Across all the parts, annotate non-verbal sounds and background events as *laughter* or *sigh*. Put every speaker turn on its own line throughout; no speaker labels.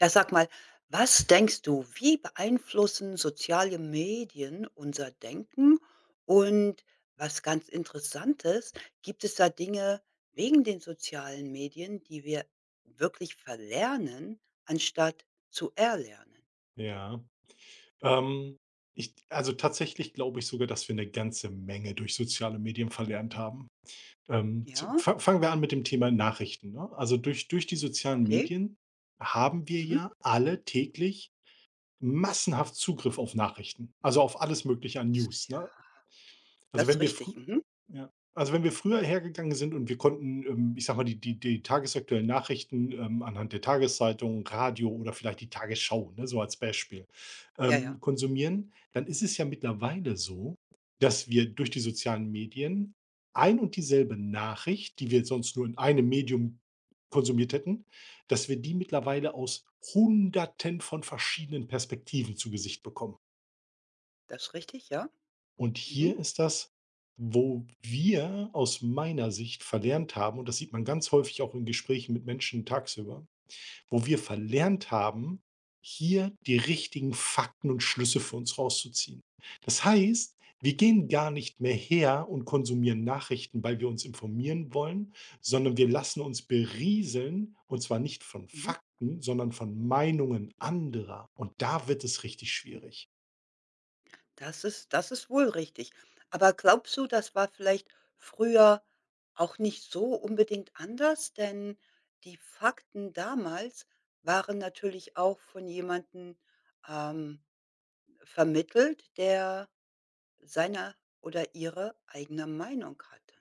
Ja, sag mal, was denkst du, wie beeinflussen soziale Medien unser Denken? Und was ganz Interessantes, gibt es da Dinge wegen den sozialen Medien, die wir wirklich verlernen, anstatt zu erlernen?
Ja. Ähm, ich tatsächlich glaube ich sogar, dass wir eine ganze Menge durch soziale Medien verlernt haben. Zu
Ja,
fa Fangen wir an mit dem Thema Nachrichten, ne? Also, durch die sozialen
okay.
Medien haben wir
Mhm.
ja alle täglich massenhaft Zugriff auf Nachrichten, also, auf alles Mögliche an News, ne? Also,
Das ist
wenn wir frü
richtig. Mhm.
Ja. Also, wenn wir früher hergegangen sind und wir konnten, ich sage mal, die die tagesaktuellen Nachrichten, anhand der Tageszeitung, Radio oder vielleicht die Tagesschau, ne, so als Beispiel,
Ja, ja,
konsumieren, dann ist es ja mittlerweile so, dass wir durch die sozialen Medien ein und dieselbe Nachricht, die wir sonst nur in einem Medium konsumiert hätten, dass wir die mittlerweile aus Hunderten von verschiedenen Perspektiven zu Gesicht bekommen.
das ist richtig, ja.
Und
Mhm.
hier ist das, wo wir aus meiner Sicht verlernt haben, und das sieht man ganz häufig auch in Gesprächen mit Menschen tagsüber, wo wir verlernt haben, hier die richtigen Fakten und Schlüsse für uns rauszuziehen. Das heißt, wir gehen gar nicht mehr her und konsumieren Nachrichten, weil wir uns informieren wollen, sondern wir lassen uns berieseln, und zwar nicht von
Mhm.
Fakten, sondern von Meinungen anderer. Und da wird es richtig schwierig.
Das ist wohl richtig. Aber glaubst du, das war vielleicht früher auch nicht so unbedingt anders? Denn die Fakten damals waren natürlich auch von jemandem, ähm, vermittelt, der seine oder ihre eigene Meinung hatte.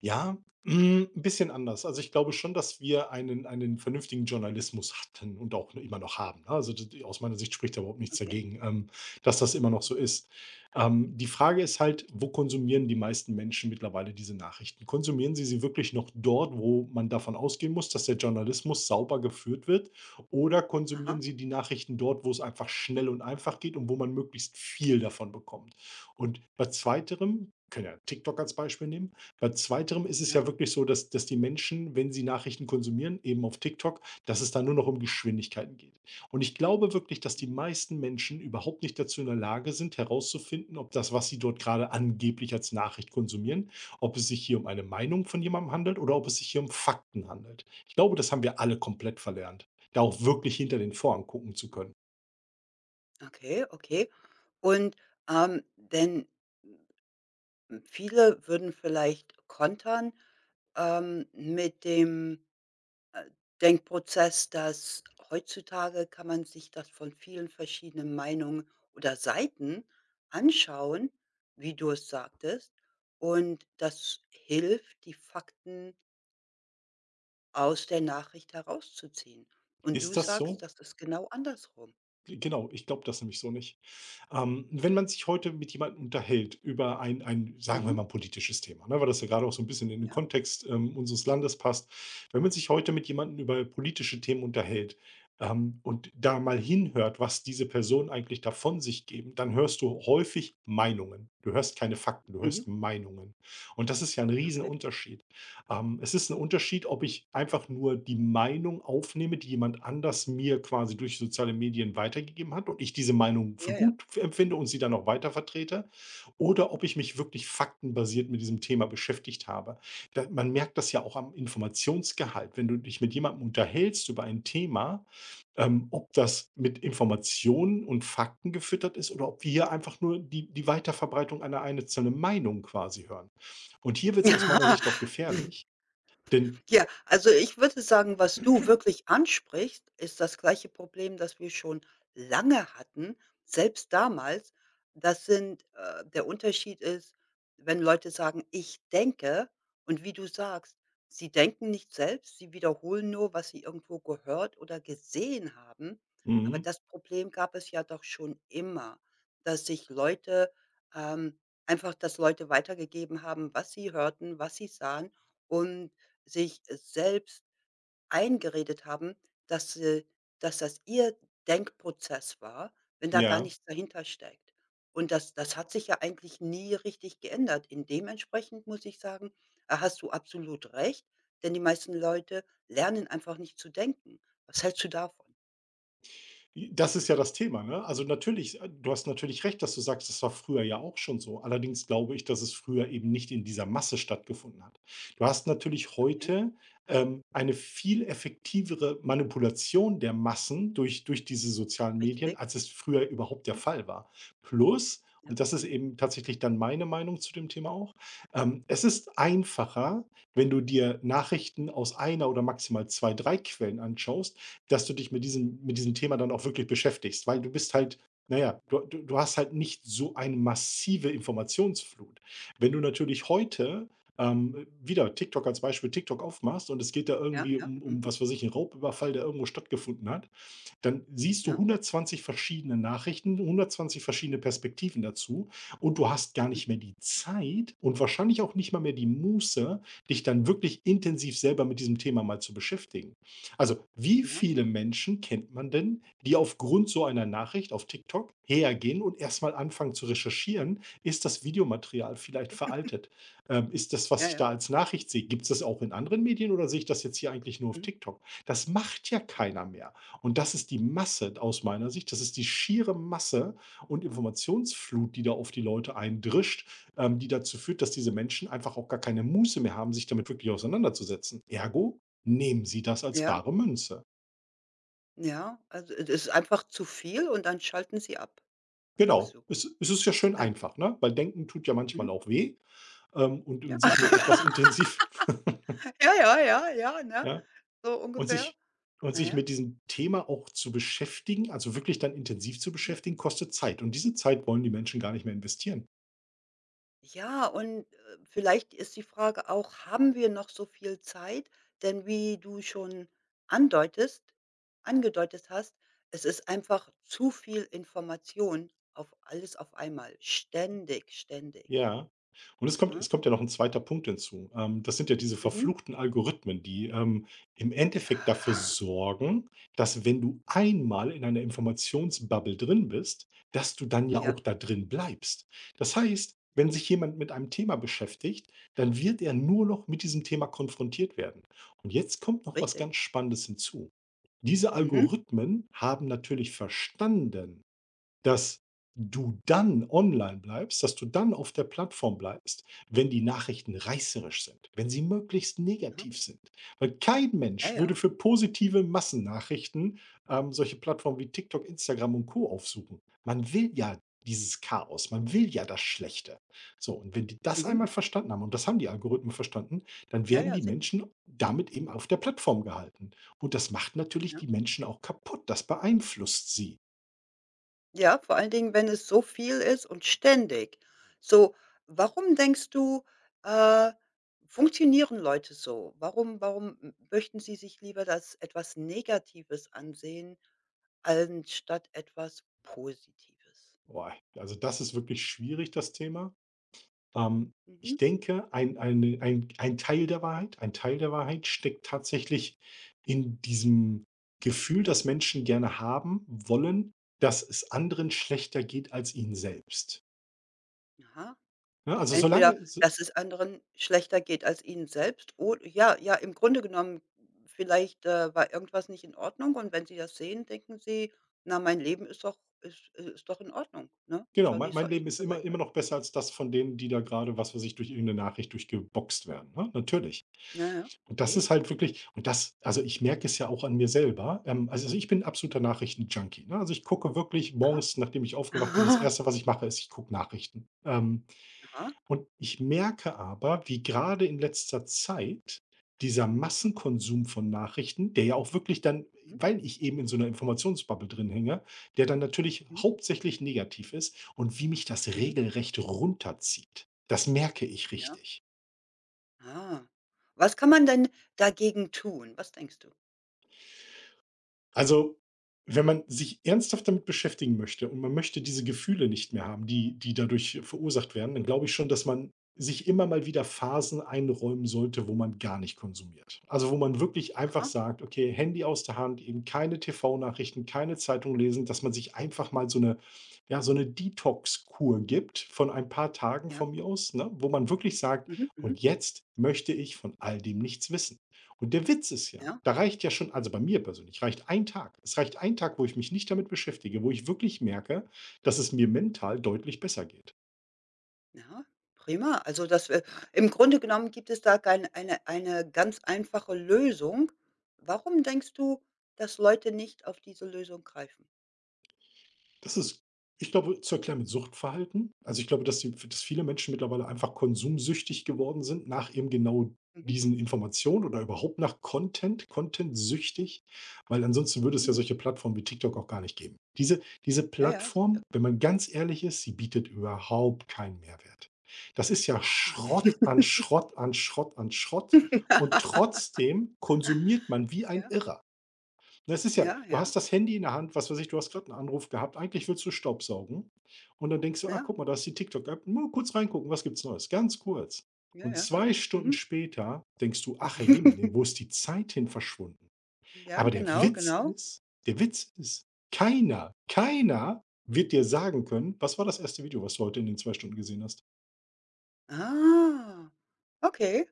Ja, hm, 'n bisschen anders. Also, ich glaube schon, dass wir einen vernünftigen Journalismus hatten und auch immer noch haben, ne? Also, d aus meiner Sicht spricht da überhaupt nichts
Okay.
dagegen, dass das immer noch so
Mhm.
ist. Die Frage ist halt, wo konsumieren die meisten Menschen mittlerweile diese Nachrichten? Konsumieren sie sie wirklich noch dort, wo man davon ausgehen muss, dass der Journalismus sauber geführt wird? Oder konsumieren
Aha,
sie die Nachrichten dort, wo es einfach schnell und einfach geht und wo man möglichst viel davon bekommt? Und bei zweiterem können ja TikTok als Beispiel nehmen. Bei zweiterem ist es ja
ja.
wirklich so, dass die Menschen, wenn sie Nachrichten konsumieren, eben auf TikTok, dass es da nur noch um Geschwindigkeiten geht. Und ich glaube wirklich, dass die
Mhm.
meisten Menschen überhaupt nicht dazu in der Lage sind, herauszufinden, ob das, was sie dort gerade angeblich als Nachricht konsumieren, ob es sich hier um eine Meinung von jemandem handelt oder ob es sich hier um Fakten handelt. Ich glaube, das haben wir alle komplett verlernt, da auch wirklich hinter den Vorhang gucken zu können.
Okay, okay. Und, denn viele würden vielleicht kontern, mit dem Äh, Denkprozess, dass heutzutage kann man sich das von vielen verschiedenen Meinungen oder Seiten anschauen, wie du es sagtest, und das hilft, die Fakten aus der Nachricht herauszuziehen. Und
Ist
du
das
sagst,
so?
das ist genau andersrum.
Genau, ich glaube das nämlich so nicht. Wenn man sich heute mit jemandem unterhält über ein, sagen wir
Mhm.
mal, politisches Thema, ne, weil das ja gerade auch so ein bisschen in den
Ja.
Kontext, unseres Landes passt. Wenn man sich heute mit jemandem über politische Themen unterhält, und da mal hinhört, was diese Personen eigentlich da von sich geben, dann hörst du häufig Meinungen. Du hörst keine Fakten, du
Mhm.
hörst Meinungen. Und das ist ja 'n
Okay.
Riesenunterschied. Es ist ein Unterschied, ob ich einfach nur die Meinung aufnehme, die jemand anders mir quasi durch soziale Medien weitergegeben hat und ich diese Meinung für
Ja, ja.
gut empfinde und sie dann auch weiter vertrete, oder ob ich mich wirklich faktenbasiert mit diesem Thema beschäftigt habe. Da man merkt das ja auch am Informationsgehalt. Wenn du dich mit jemandem unterhältst über ein Thema, ob das mit Informationen und Fakten gefüttert ist oder ob wir hier einfach nur die Weiterverbreitung einer einzelnen Meinung quasi hören. Und hier wird es aus meiner Sicht auch
*laughs*
gefährlich, denn
Ja, also ich würde sagen, was du wirklich ansprichst, ist das gleiche Problem, das wir schon lange hatten, selbst damals. Das sind Der Unterschied ist, wenn Leute sagen, ich denke und wie du sagst, sie denken nicht selbst, sie wiederholen nur, was sie irgendwo gehört oder gesehen haben. Aber
mhm,
das Problem gab es ja doch schon immer, dass sich Leute ähm, einfach, dass Leute weitergegeben haben, was sie hörten, was sie sahen. Und sich selbst eingeredet haben, dass sie dass das ihr Denkprozess war, wenn da gar
ja.
nichts dahinter steckt. Und das hat sich ja eigentlich nie richtig geändert. In dementsprechend muss ich sagen, da hast du absolut recht, denn die meisten Leute lernen einfach nicht zu denken. Was hältst du davon?
Das ist ja das Thema, ne? Also, natürlich du hast natürlich recht, dass du sagst, das war früher ja auch schon so. Allerdings glaube ich, dass es früher eben nicht in dieser Masse stattgefunden hat. Du hast natürlich
Okay,
heute, eine viel effektivere Manipulation der Massen durch diese sozialen Medien,
richtig.
als es früher überhaupt der
Mhm.
Fall war. Plus
Ja,
und das ist eben tatsächlich dann meine Meinung zu dem Thema auch, es ist einfacher, wenn du dir Nachrichten aus einer oder maximal 2, 3 Quellen anschaust, dass du dich mit diesem Thema dann auch wirklich beschäftigst, weil du bist halt naja, du
mhm.
du du hast halt nicht so eine massive Informationsflut. Wenn du natürlich heute, wieder TikTok als Beispiel TikTok aufmachst und es geht da
Ja,
irgendwie
ja,
um
mhm.
was weiß ich, 'n Raubüberfall, der irgendwo stattgefunden hat, dann siehst du
Ja,
120 verschiedene Nachrichten, 120 verschiedene Perspektiven dazu und du hast gar nicht mehr die Zeit und wahrscheinlich auch nicht mal mehr die Muße, dich dann wirklich intensiv selber mit diesem Thema mal zu beschäftigen. Also, wie
ja.
viele Menschen kennt man denn, die aufgrund so einer Nachricht auf TikTok hergehen und erstmal anfangen zu recherchieren, ist das Videomaterial vielleicht
*laughs*
veraltet? Ist das, was
Ja,
ich
ja.
da als Nachricht sehe, gibt es das auch in anderen Medien oder sehe ich das jetzt hier eigentlich nur auf
Mhm.
TikTok? Das macht ja
Mhm.
keiner mehr. Und das ist die Masse aus meiner Sicht. Das ist die schiere Masse und Informationsflut, die da auf die Leute eindrischt, die dazu führt, dass diese Menschen einfach auch gar keine Muße mehr haben, sich damit wirklich auseinanderzusetzen. Ergo, nehmen Sie das als
Ja,
bare Münze.
ja. Also, es ist einfach zu viel und dann schalten sie ab, sagst
Genau,
du.
es ist ja schön
Ja.
einfach, ne? Weil Denken tut ja
Mhm.
manchmal auch weh,
Ja.
und sich mit etwas
*laughs*
intensiv.
Ja, ja, ja, ja,
*laughs*
ne?
Ja,
So
und
ungefähr.
sich und
Naja.
sich
Ja.
mit diesem Thema auch zu beschäftigen, also wirklich dann intensiv zu
Mhm.
beschäftigen, kostet Zeit. Und diese Zeit wollen die Menschen gar nicht mehr investieren.
Ja, und, vielleicht ist die Frage auch, haben wir noch so viel Zeit? Denn wie du schon andeutest angedeutet hast, es ist einfach zu viel Information auf alles auf einmal, ständig, ständig,
Ja. Und es kommt
ne?
es kommt ja noch ein zweiter Punkt hinzu. Das sind ja diese
Mhm.
verfluchten Algorithmen, die, im
Ja,
Endeffekt dafür sorgen, dass wenn du einmal in einer Informationsbubble drin bist, dass du dann ja auch
ja,
da drin bleibst. Das heißt,
ja,
wenn sich jemand mit einem Thema beschäftigt, dann wird er nur noch mit diesem Thema konfrontiert werden. Und jetzt kommt noch was ganz
richtig.
Spannendes hinzu. Diese
Mhm.
Algorithmen haben natürlich verstanden, dass du dann online bleibst, dass du dann auf der Plattform bleibst, wenn die Nachrichten reißerisch sind, wenn sie möglichst
Aha.
negativ sind. Weil kein
Ja,
Mensch
ja.
würde für positive Massennachrichten, solche Plattformen wie TikTok, Instagram und Co. aufsuchen. Man will ja dieses Chaos, man will ja das Schlechte. So, und wenn die das
Mhm.
einmal verstanden haben, und das haben die Algorithmen verstanden, dann
Ja,
werden
ja,
die
sicher,
Menschen damit eben auf der Plattform gehalten. Und das macht natürlich
ja.
die Menschen auch kaputt, das beeinflusst sie.
Ja, vor allen Dingen, wenn es so viel ist und ständig. So, warum denkst du, äh, funktionieren Leute so? Warum m möchten sie sich lieber das etwas Negatives ansehen, anstatt etwas Positives?
Boah, also das ist wirklich schwierig, das Thema. Ähm, ich
Mhm.
denke, ein Teil der Wahrheit ein Teil der Wahrheit steckt tatsächlich in diesem Gefühl, das Menschen gerne haben wollen, dass es anderen schlechter geht als ihnen selbst.
Aha.
Ne, also
Entweder,
solange so
dass es anderen schlechter geht als ihnen selbst oder ja, ja, im Grunde genommen vielleicht, war irgendwas nicht in Ordnung und wenn sie das sehen, denken sie: „Na, mein Leben ist doch in Ordnung, ne?
genau,
Schau die
mein
so
mein Leben
die
ist
so
immer
Leute
immer
an."
noch besser als das von denen, die da gerade was weiß ich, durch irgendeine 'ne Nachricht durchgeboxt werden, ne, natürlich.
Ja, ja,
Und das
okay.
ist halt wirklich und das also, ich merke es ja auch an mir selber. Also, ich bin absoluter Nachrichten-Junkie, ne? Also, ich gucke wirklich
Aha.
morgens, nachdem ich aufgewacht bin, das
*laughs*
erste was ich mache, ist, ich gucke Nachrichten.
Aha.
Und ich merke aber, wie gerade in letzter Zeit dieser Massenkonsum von Nachrichten, der ja auch wirklich dann,
Mhm,
weil ich eben in so einer Informationsbubble drin hänge, der dann natürlich
mhm,
hauptsächlich negativ ist und wie mich das
mhm,
regelrecht runterzieht. Das merke ich
ja.
richtig.
Ah. Was kann man denn dagegen tun? Was denkst du?
Also, wenn man sich ernsthaft damit beschäftigen möchte und man möchte diese Gefühle nicht mehr haben, die dadurch verursacht werden, dann glaube ich schon, dass man sich immer mal wieder Phasen einräumen sollte, wo man gar nicht konsumiert. Also, wo man wirklich einfach
Aha,
sagt: „Okay, Handy aus der Hand, eben keine TV-Nachrichten, keine Zeitung lesen“, dass man sich einfach mal so eine, ja, so eine Detox-Kur gibt von ein paar Tagen
ja.
von mir aus, ne, wo man wirklich sagt:
Mhm, mhm,
„Und jetzt möchte ich von all dem nichts wissen.“ Und der Witz ist ja,
ja.
da reicht ja schon, also bei mir persönlich reicht ein Tag. Es reicht ein Tag, wo ich mich nicht damit beschäftige, wo ich wirklich merke, dass es mir mental deutlich besser geht.
Ja, prima. Also das im Grunde genommen gibt es da kein eine eine ganz einfache Lösung. Warum denkst du, dass Leute nicht auf diese Lösung greifen?
Das ist, ich glaube, zu erklären mit Suchtverhalten. Also, ich glaube, dass die dass viele Menschen mittlerweile einfach konsumsüchtig geworden sind nach eben genau
Mhm,
diesen Informationen oder überhaupt nach Content, Content süchtig, weil ansonsten würde es
mhm.
ja solche Plattformen wie TikTok auch gar nicht geben. Diese
Ja, ja,
Plattform,
sicher.
wenn man ganz ehrlich ist, sie bietet überhaupt keinen Mehrwert. Das ist ja Schrott an Schrott an Schrott an Schrott und
*laughs*
trotzdem konsumiert man wie ein
Ja,
Irrer. Das ist ja
ja,
du hast
ja,
das Handy in der Hand, was weiß ich, du hast gerade einen Anruf gehabt, eigentlich willst du staubsaugen und dann denkst du: „Ach,
ja,
guck mal, da ist die TikTok-App, nur kurz reingucken, was gibt's Neues?“ Ganz kurz.
ja,
Und
ja, ja.
2 Stunden
Mhm.
später denkst du: „Ach, herrjemine,
*laughs*
wo ist die Zeit hin verschwunden?“
Ja,
Aber der
genau,
Witz
genau.
ist der Witz ist, keiner wird dir sagen können: „Was war das erste Video, was du heute in den 2 Stunden gesehen hast?“
Ah, okay.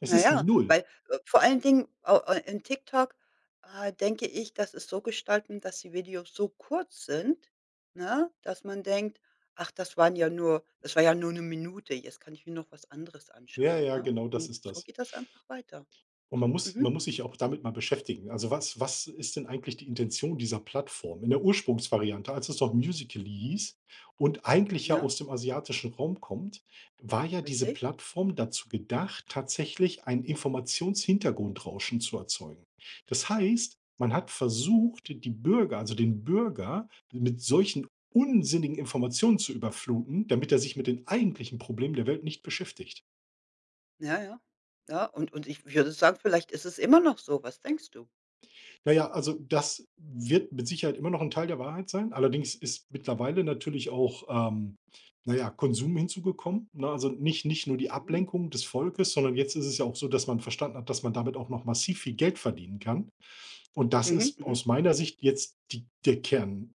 Es
Na
ist
ja,
null.
weil, vor allen Dingen au in TikTok, denke ich, das ist so gestalten, dass die Videos so kurz sind, ne, dass man denkt: „Ach, das war ja nur eine Minute, jetzt kann ich mir noch was anderes
Ja,
anschauen",
ja,
ne?
genau das
Und
ist
so
das.
geht das einfach weiter.
Und man muss
Mhm.
man muss sich auch damit mal beschäftigen. Also, was ist denn eigentlich die Intention dieser Plattform in der Ursprungsvariante, als es noch Musical.ly hieß und eigentlich ja
Ja,
aus dem asiatischen Raum kommt, war ja diese
richtig.
Plattform dazu gedacht, tatsächlich ein Informationshintergrundrauschen zu erzeugen. Das heißt, man hat versucht, die Bürger, also den Bürger, mit solchen unsinnigen Informationen zu überfluten, damit er sich mit den eigentlichen Problemen der Welt nicht beschäftigt.
Ja, ja. Ja, und ich würde sagen, vielleicht ist es immer noch so. Was denkst du?
Ja, ja, also das wird mit Sicherheit immer noch ein Teil der Wahrheit sein. Allerdings ist mittlerweile natürlich auch, ähm, na ja, Konsum hinzugekommen, ne? Also nicht nur die
Mhm.
Ablenkung des Volkes, sondern jetzt ist es ja auch so, dass man verstanden hat, dass man damit auch noch massiv viel Geld verdienen kann. Und das
Mhm,
ist
mhm.
aus meiner Sicht jetzt die der Kern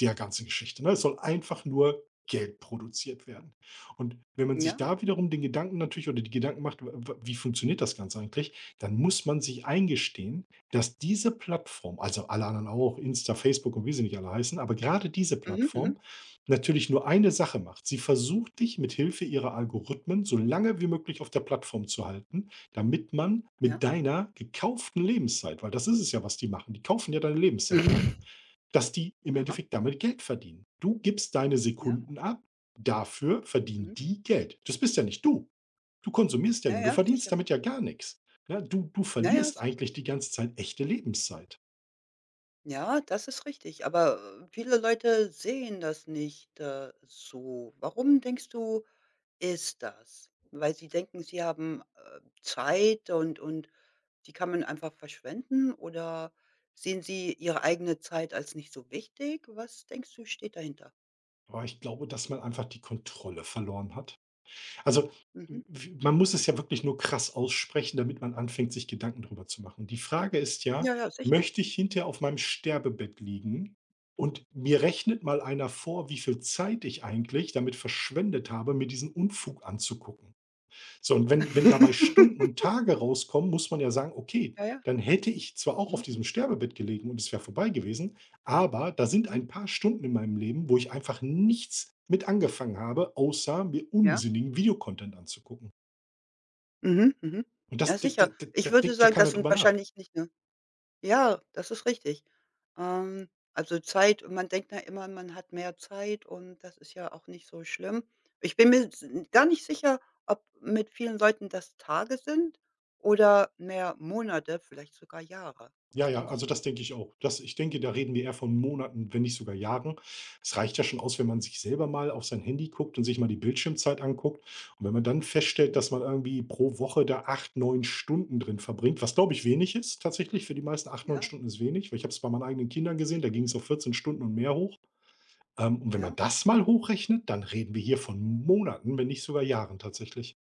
der ganzen Geschichte, ne? Es soll einfach nur Geld produziert werden. Und wenn man sich
Ja.
da wiederum den Gedanken, natürlich, oder die Gedanken macht, w w wie funktioniert das Ganze eigentlich, dann muss man sich eingestehen, dass diese Plattform, also alle anderen auch, Insta, Facebook und wie sie nicht alle heißen, aber gerade diese
Mhm, mhm.
Plattform natürlich nur eine Sache macht. Sie versucht, dich mit Hilfe ihrer Algorithmen so lange wie möglich auf der Plattform zu halten, damit man mit
Ja.
deiner gekauften Lebenszeit, weil das ist es ja, was die machen, die kaufen ja deine Lebenszeit ein,
*laughs*
dass die im
Aha.
Endeffekt damit Geld verdienen. Du gibst deine
Ja.
Sekunden ab, dafür verdienen
Mhm.
die Geld. Das bist ja nicht du. Du konsumierst ja
Ja,
nur, du
ja,
verdienst
sicher.
damit ja gar nichts. Ja, du
Ja, ja,
verlierst
ist
eigentlich
richtig.
die ganze Zeit echte Lebenszeit.
Ja, das ist richtig, aber, viele Leute sehen das nicht, so. Warum denkst du, ist das? Weil sie denken, sie haben, Zeit und die kann man einfach verschwenden oder sehen sie ihre eigene Zeit als nicht so wichtig? Was denkst du, steht dahinter?
Aber ich glaube, dass man einfach die Kontrolle verloren hat. Also,
Mhm.
w man muss es ja wirklich nur krass aussprechen, damit man anfängt, sich Gedanken drüber zu machen. Die Frage ist ja:
Ja, ja, sicher.
„Möchte ich hinterher auf meinem Sterbebett liegen und mir rechnet mal einer vor, wie viel Zeit ich eigentlich damit verschwendet habe, mir diesen Unfug anzugucken?“ So, und wenn dabei Stunden und
*laughs*
Tage rauskommen, muss man ja sagen: „Okay,
Ja, ja.
dann hätte ich zwar auch auf
Mhm,
diesem Sterbebett gelegen und es wäre vorbei gewesen, aber da sind
mhm.
ein paar Stunden in meinem Leben, wo ich einfach nichts mit angefangen habe, außer mir
Ja.
unsinnigen Videocontent anzugucken.“
Mhm, mhm.
Und das
Ja,
d d
sicher.
d da
Ich würde
denkt ja
sagen, das
keiner
sind
drüber nach.
wahrscheinlich nicht nur. Ja, das ist richtig. Also Zeit man denkt ja immer, man hat mehr Zeit und das ist ja auch nicht so schlimm. Ich bin mir s gar nicht sicher, ob mit vielen Leuten das Tage sind oder mehr Monate, vielleicht sogar Jahre.
Ja,
Was
ja,
denkst
also
du?
das denke ich auch. Das ich denke, da reden wir eher von Monaten, wenn nicht sogar Jahren. Es reicht ja schon aus, wenn man sich selber mal auf sein Handy guckt und sich mal die Bildschirmzeit anguckt. Und wenn man dann feststellt,
Mhm.
dass man irgendwie pro Woche da 8, 9 Stunden drin verbringt, was, glaube ich, wenig ist tatsächlich, für die meisten acht, neun
Ja,
Stunden ist wenig, weil ich habe es bei meinen eigenen Kindern gesehen, da ging
richtig.
es auf 14 Stunden und mehr hoch. Und wenn man
Ja,
das mal hochrechnet, dann reden wir hier von Monaten, wenn nicht sogar Jahren tatsächlich.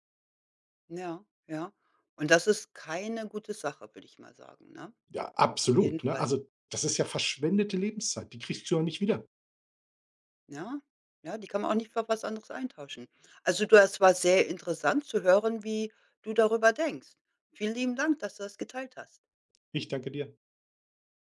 ja, ja. Und das ist keine gute Sache, würde ich mal sagen, ne?
Ja,
Auf jeden
absolut, ne?
Fall.
Also, das ist ja verschwendete Lebenszeit, die kriegst du ja nicht wieder.
Ja, ja, die kann man auch nicht für was anderes eintauschen. Also, du, das war sehr interessant zu hören, wie du darüber denkst. Vielen lieben Dank, dass du das geteilt hast.
Ich danke dir.